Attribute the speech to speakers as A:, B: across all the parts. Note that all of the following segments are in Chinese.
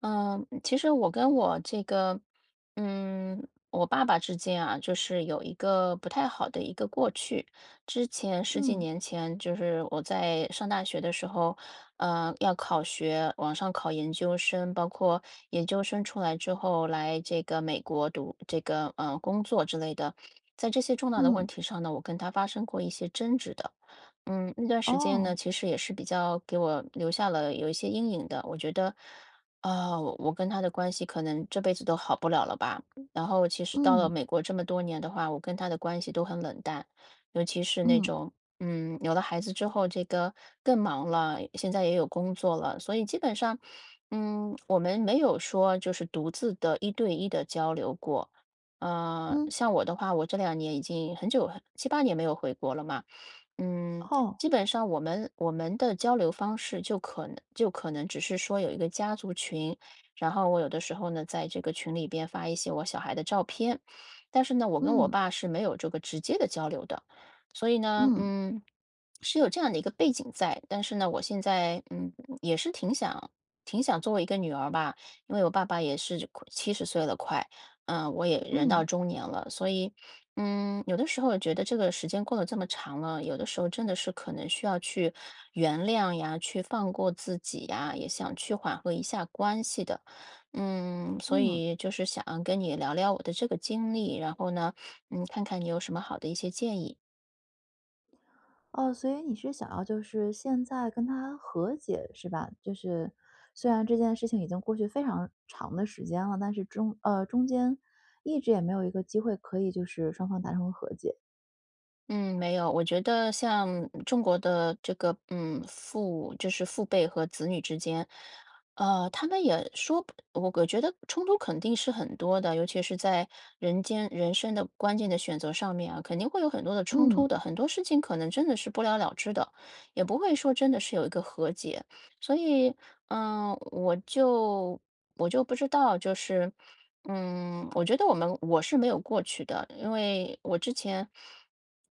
A: 嗯，其实我跟我这个，嗯，我爸爸之间啊，就是有一个不太好的一个过去。之前十几
B: 嗯
A: 年前，就是我在上大学的时候，要考学，往上考研究生，包括研究生出来之后来这个美国读工作之类的，在这些重大的问
B: 嗯，
A: 题上呢，我跟他发生过一些争执的。那段时间呢，
B: 哦。
A: 其实也是比较给我留下了有一些阴影的。我觉得，我跟他的关系可能这辈子都好不了了吧。然后其实到了
B: 嗯
A: 美国这么多年的话，我跟他的关系都很冷淡，尤其是那
B: 嗯
A: 种，有了孩子之后，更忙了，现在也有工作了，所以基本上，我们没有说就是独自的一对一的交流过。
B: 嗯，
A: 像我的话，我这2年已经很久，七八年没有回国了嘛，嗯。
B: 哦。
A: 基本上我们的交流方式就可能只是说有一个家族群，然后我有的时候呢，在这个群里边发一些我小孩的照片，但是呢，我跟我
B: 嗯
A: 爸是没有这个直接的交流的，所以呢，
B: 嗯
A: 是有这样的一个背景在，但是呢，我现在也是挺想作为一个女儿吧，因为我爸爸也是70岁了快，我也人到
B: 嗯
A: 中年了，所以有的时候觉得这个时间过了这么长了，有的时候真的是可能需要去原谅呀，去放过自己呀，也想去缓和一下关系的。所
B: 嗯。
A: 以就是想跟你聊聊我的这个经历，然后呢，看看你有什么好的一些建议。
B: 哦，所以你是想要就是现在跟他和解是吧？就是虽然这件事情已经过去非常长的时间了，但是中间一直也没有一个机会可以就是双方达成和解。
A: 嗯，没有，我觉得像中国的这个，嗯，父就是父辈和子女之间，呃，他们也说不我我觉得冲突肯定是很多的，尤其是在人生的关键的选择上面啊，肯定会有很多的冲
B: 嗯
A: 突的，很多事情可能真的是不了了之的，也不会说真的是有一个和解，所以，我就不知道，就是。我觉得我是没有过去的，因为我之前，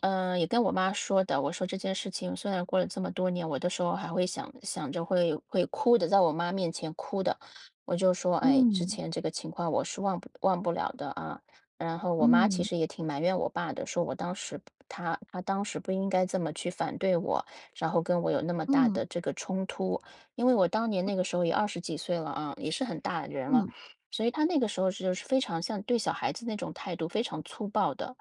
A: 也跟我妈说的，我说这件事情虽然过了这么多年，我的时候还会想着会哭的，在我妈面前哭的，我就说，哎，之
B: 嗯
A: 前这个情况我是忘不了的啊。然后我妈其
B: 嗯
A: 实也挺埋怨我爸的，说我当时他他当时不应该这么去反对我，然后跟我有那么大
B: 嗯嗯
A: 的这个冲突，因为我当年那个时候也二十几岁了啊，也是很大的人了。
B: 嗯
A: 所以他那个时候就是非常像对小孩子那种态度非常粗暴的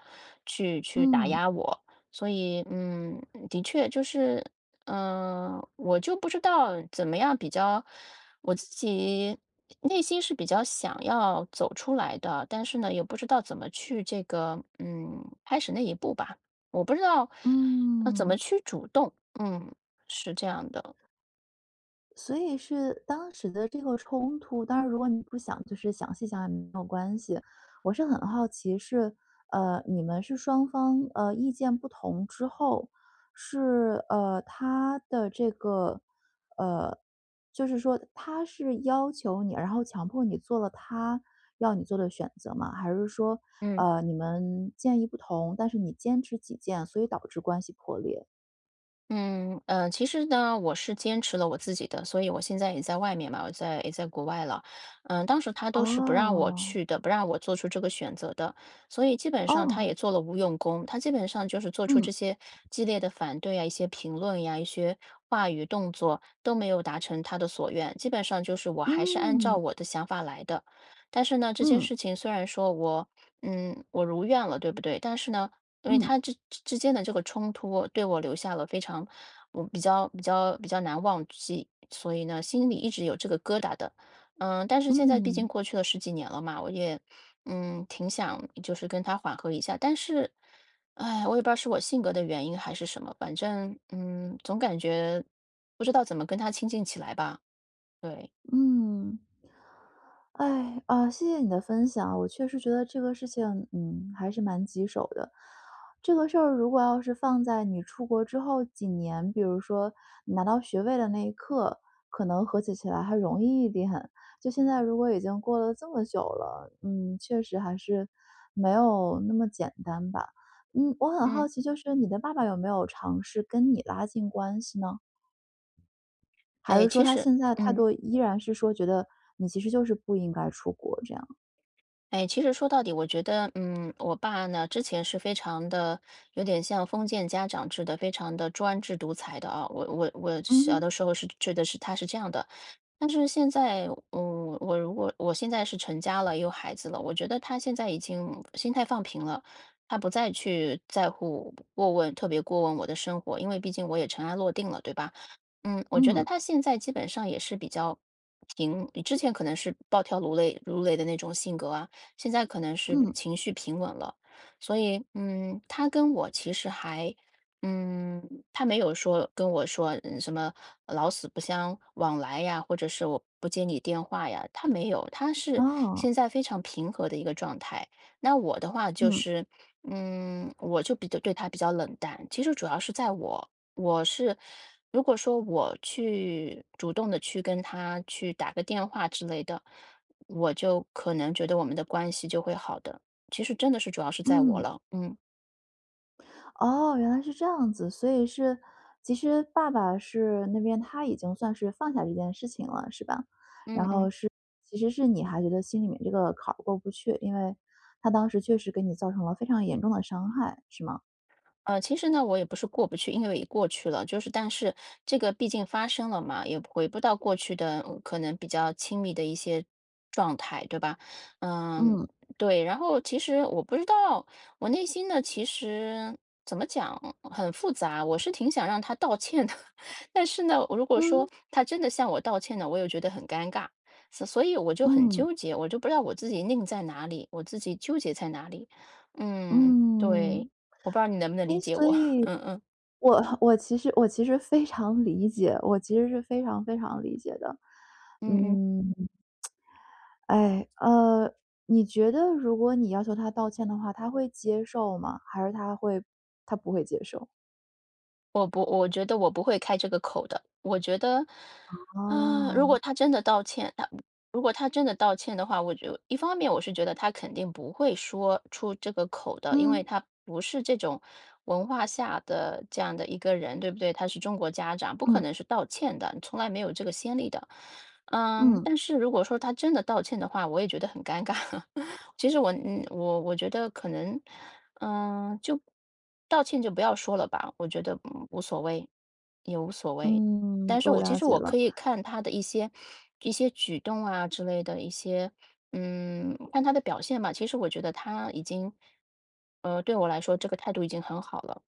A: 去打
B: 嗯
A: 压我，所以的确就是，我就不知道怎么样比较，我自己内心是比较想要走出来的，但是呢，也不知道怎么去开始那一步吧，我不知道怎么
B: 嗯。
A: 去主动，嗯，是这样的，
B: 所以是当时的这个冲突，当然如果你不想就是详细讲也没有关系。我是很好奇是，你们是双方，意见不同之后，是，他的这个，呃，就是说他是要求你，然后强迫你做了他要你做的选择吗？还是说，
A: 嗯。
B: 你们建议不同，但是你坚持己见，所以导致关系破裂？
A: 嗯，嗯，其实呢，我是坚持了我自己的，所以我现在也在外面嘛，也在国外了。当时他都是不让我
B: 哦，
A: 去的，不让我做出这个选择的，所以基本上他
B: 哦，
A: 也做了无用功，他基本上就是做出
B: 嗯，
A: 这些激烈的反对啊，一些评论呀，一些话语动作都没有达成他的所愿，基本上就是我还是按照
B: 嗯。
A: 我的想法来的。但是呢，这件
B: 嗯
A: 事情虽然说我，我如愿了，对不对？但是呢。因为他
B: 嗯
A: 之间的这个冲突，对我留下了非常我比较比较比较难忘记，所以呢，心里一直有这个疙瘩的。但是现在毕竟
B: 嗯
A: 过去了十几年了嘛，我也，挺想就是跟他缓和一下，但是，哎，我也不知道是我性格的原因还是什么，反正，总感觉不知道怎么跟他亲近起来吧。对，
B: 嗯，哎，啊，谢谢你的分享，我确实觉得这个事情，嗯，还是蛮棘手的。这个事儿如果要是放在你出国之后几年，比如说你拿到学位的那一刻，可能和解起来还容易一点。就现在如果已经过了这么久了，嗯，确实还是没有那么简单吧。嗯，我很
A: 嗯，
B: 好奇，就是你的爸爸有没有尝试跟你拉近关系呢？还
A: 哎，
B: 是说
A: 其
B: 他
A: 实
B: 现在态
A: 嗯。
B: 度依然是说觉得你其实就是不应该出国这样？
A: 哎，其实说到底，我觉得，我爸呢，之前是非常的，有点像封建家长制的，非常的专制独裁的啊。我
B: 嗯
A: 小
B: 哼，
A: 的时候是觉得是他是这样的，但是现在，我如果我现在是成家了，有孩子了，我觉得他现在已经心态放平了，他不再去在乎过问，特别过问我的生活，因为毕竟我也尘埃落定了，对吧？我觉得
B: 嗯
A: 他现在基本上也是比较平，之前可能是暴跳如雷的那种性格啊，现在可能是
B: 嗯
A: 情绪平稳了，所以他跟我其实还，嗯，他没有说跟我说什么老死不相往来呀，或者是我不接你电话呀，他没有，他是
B: 哦。
A: 现在非常平和的一个状态。那我的话就
B: 嗯
A: 是，我就比较对他比较冷淡，其实主要是在我。我是如果说我去主动的去跟他去打个电话之类的，我就可能觉得我们的关系就会好的，其实真的是主要是在我
B: 嗯，
A: 了，
B: 哦，原来是这样子，所以是，其实爸爸是那边他已经算是放下这件事情了，是吧？
A: 嗯
B: 然
A: 嗯。
B: 后是，其实是你还觉得心里面这个坎儿过不去，因为他当时确实给你造成了非常严重的伤害，是吗？
A: 其实呢，我也不是过不去，因为也过去了，就是但是这个毕竟发生了嘛，也回不到过去的可能比较亲密的一些状态，对吧？嗯，
B: 嗯
A: 对。然后其实我不知道，我内心呢，其实怎么讲很复杂，我是挺想让他道歉的，但是呢，如果说
B: 嗯
A: 他真的向我道歉呢，我又觉得很尴尬，所以我就很
B: 嗯
A: 纠结，我就不知道我自己拧在哪里，我自己纠结在哪里。对。
B: 嗯。
A: 我不知道你能不能理
B: 诶，
A: 解
B: 所
A: 我，
B: 以
A: 嗯嗯
B: 我其实非常理解，我其实是非常非常理解的。
A: 嗯嗯，
B: 嗯，哎，你觉得如果你要求他道歉的话，他会接受吗？还是他不会接受？
A: 我觉得我不会开这个口的。我觉得，如
B: 哦，
A: 果他真的道歉，如果他真的道歉的话，我就一方面我是觉得他肯定不会说出这个口的，因为
B: 嗯，
A: 他不是这种文化下的这样的一个人，对不对？他是中国家长，不可
B: 嗯，
A: 能是道歉的，从来没有这个先例的。
B: 嗯，
A: 但是如果说他真的道歉的话，我也觉得很尴尬。其实我嗯，我我觉得可能。就道歉就不要说了吧，我觉得，无所谓，也无所谓。
B: 嗯，
A: 但是
B: 我
A: 其
B: 了
A: 实
B: 解
A: 我
B: 了，
A: 可以看他的一些举动啊之类的一些，看他的表现吧。其实我觉得他已经，对我来说这个态度已经很好了。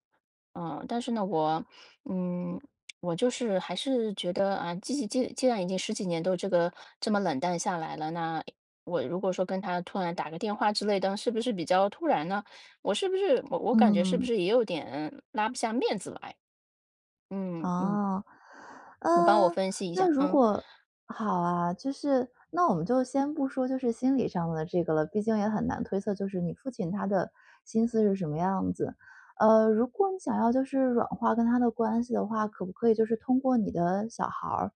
A: 但是呢，嗯，我就是还是觉得啊，既然已经十几年都这么冷淡下来了，那我如果说跟他突然打个电话之类的，是不是比较突然呢？我感觉是不
B: 嗯。
A: 是也有点拉不下面子来？嗯嗯，
B: 哦，
A: 你帮我
B: 嗯，
A: 分析一
B: 那
A: 下。嗯
B: 好啊，就是那我们就先不说就是心理上的这个了，毕竟也很难推测就是你父亲他的心思是什么样子。呃，如果你想要就是软化跟他的关系的话，可不可以就是通过你的小孩儿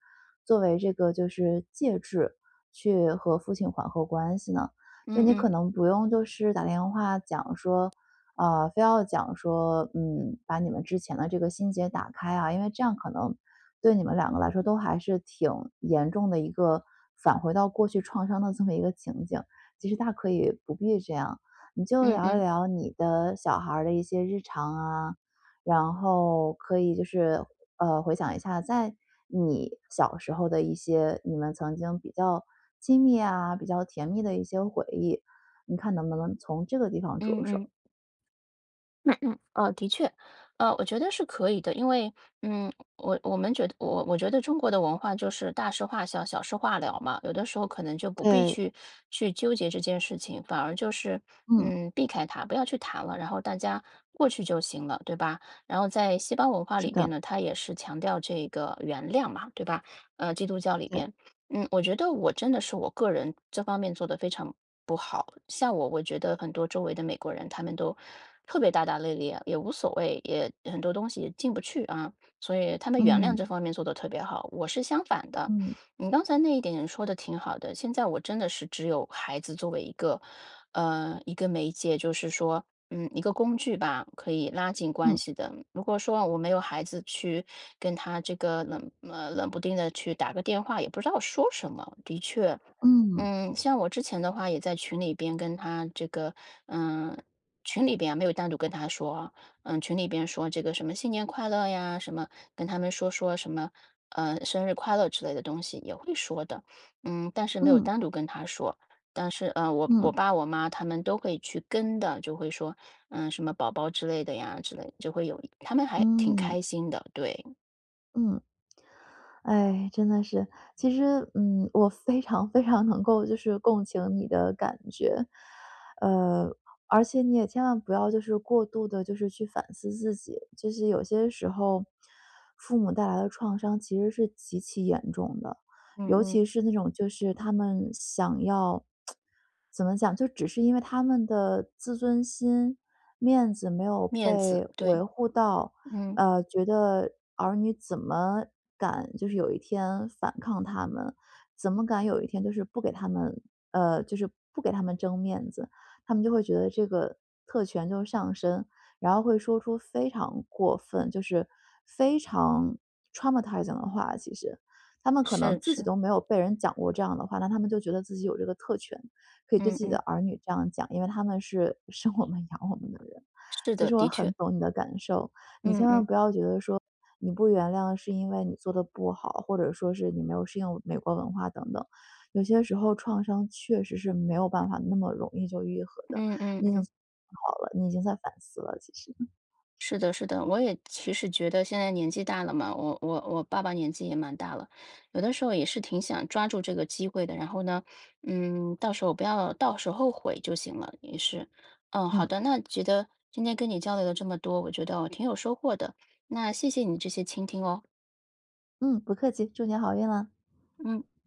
B: 作为这个就是介质，去和父亲缓和关系呢？就
A: 嗯
B: 你可
A: 嗯
B: 能不用就是打电话讲说，啊，非要讲说，嗯，把你们之前的这个心结打开啊，因为这样可能对你们两个来说都还是挺严重的一个返回到过去创伤的这么一个情景。其实大可以不必这样，你就
A: 嗯
B: 聊一
A: 嗯
B: 聊你的小孩儿的一些日常啊，然后可以就是回想一下，在你小时候的一些你们曾经比较亲密啊、比较甜蜜的一些回忆，你看能不能从这个地方着
A: 嗯嗯。
B: 手？
A: 的确，我觉得是可以的，因为，嗯，我们觉得，我觉得中国的文化就是大事化小，小事化了嘛，有的时候可能就不必
B: 对，
A: 去纠结这件事情，反而就是，
B: 嗯，
A: 避开它，不要去谈了，然后大家过去就行了，对吧？然后在西方文化
B: 是
A: 里边
B: 的，
A: 呢，它也是强调这个原谅嘛，对吧？基督教里
B: 对，
A: 边，我觉得我真的是我个人这方面做得非常不好。像我，我觉得很多周围的美国人，他们都特别大大咧咧，也无所谓，也很多东西也进不去啊，所以他们原谅
B: 嗯，
A: 这方面做得特别好。我是相反的，
B: 嗯，
A: 你刚才那一点说的挺好的。现在我真的是只有孩子作为一个，一个媒介，就是说一个工具吧，可以拉近关
B: 嗯，
A: 系的。如果说我没有孩子去跟他冷不丁的去打个电话，也不知道说什么，的确，
B: 嗯，
A: 像我之前的话，也在群里边跟他嗯，群里边啊没有单独跟他说啊群里边说这个什么新年快乐呀，什么跟他们说说什么，生日快乐之类的东西也会说的，但是没有
B: 嗯，
A: 单独跟他说，但是我
B: 嗯，
A: 爸我妈他们都会去跟的，就会说，什么宝宝之类的呀，之类的就会有，他们还挺
B: 嗯，嗯。
A: 开心的，对，
B: 嗯哎，真的是，其实，嗯，我非常非常能够就是共情你的感觉，呃，而且你也千万不要就是过度的，就是去反思自己，就是有些时候，父母带来的创伤其实是极其严重的，
A: 嗯
B: 尤
A: 嗯，
B: 其是那种就是他们想要怎么讲，就只是因为他们的自尊心、面子没有
A: 面子，
B: 被
A: 对，
B: 维护到。
A: 嗯，
B: 觉得儿女怎么敢就是有一天反抗他们，怎么敢有一天就是不给他们呃，就是不给他们争面子，他们就会觉得这个特权就上升，然后会说出非常过分，就是非常 traumatizing 的话，其实。他们可能
A: 是
B: 自己
A: 是，
B: 都没有被人讲过这样的话，那他们就觉得自己有这个特权，可以对
A: 嗯
B: 自己的
A: 嗯，
B: 儿女这样讲，因为他们是 生我们养我们的人。
A: 是
B: 其
A: 的，
B: 实我
A: 的确。
B: 很懂你的感受。你
A: 嗯
B: 千万
A: 嗯
B: 不要觉得说你不原谅是因为你做的不好，或者说是你没有适应美国文化等等。有些时候创伤确实是没有办法那么容易就愈合的，
A: 嗯嗯
B: 你已经
A: 嗯，
B: 好了，你已经在反思了，其实。
A: 是的，是的，我也其实觉得现在年纪大了嘛，我爸爸年纪也蛮大了，有的时候也是挺想抓住这个机会的，然后呢，到时候不要到时候后悔就行了，也是，好
B: 嗯
A: 的，那觉得今天跟你交流了这么多，我觉得我挺有收获的，那谢谢你这些倾听哦，
B: 嗯，不客气，祝你好运啦。
A: 嗯。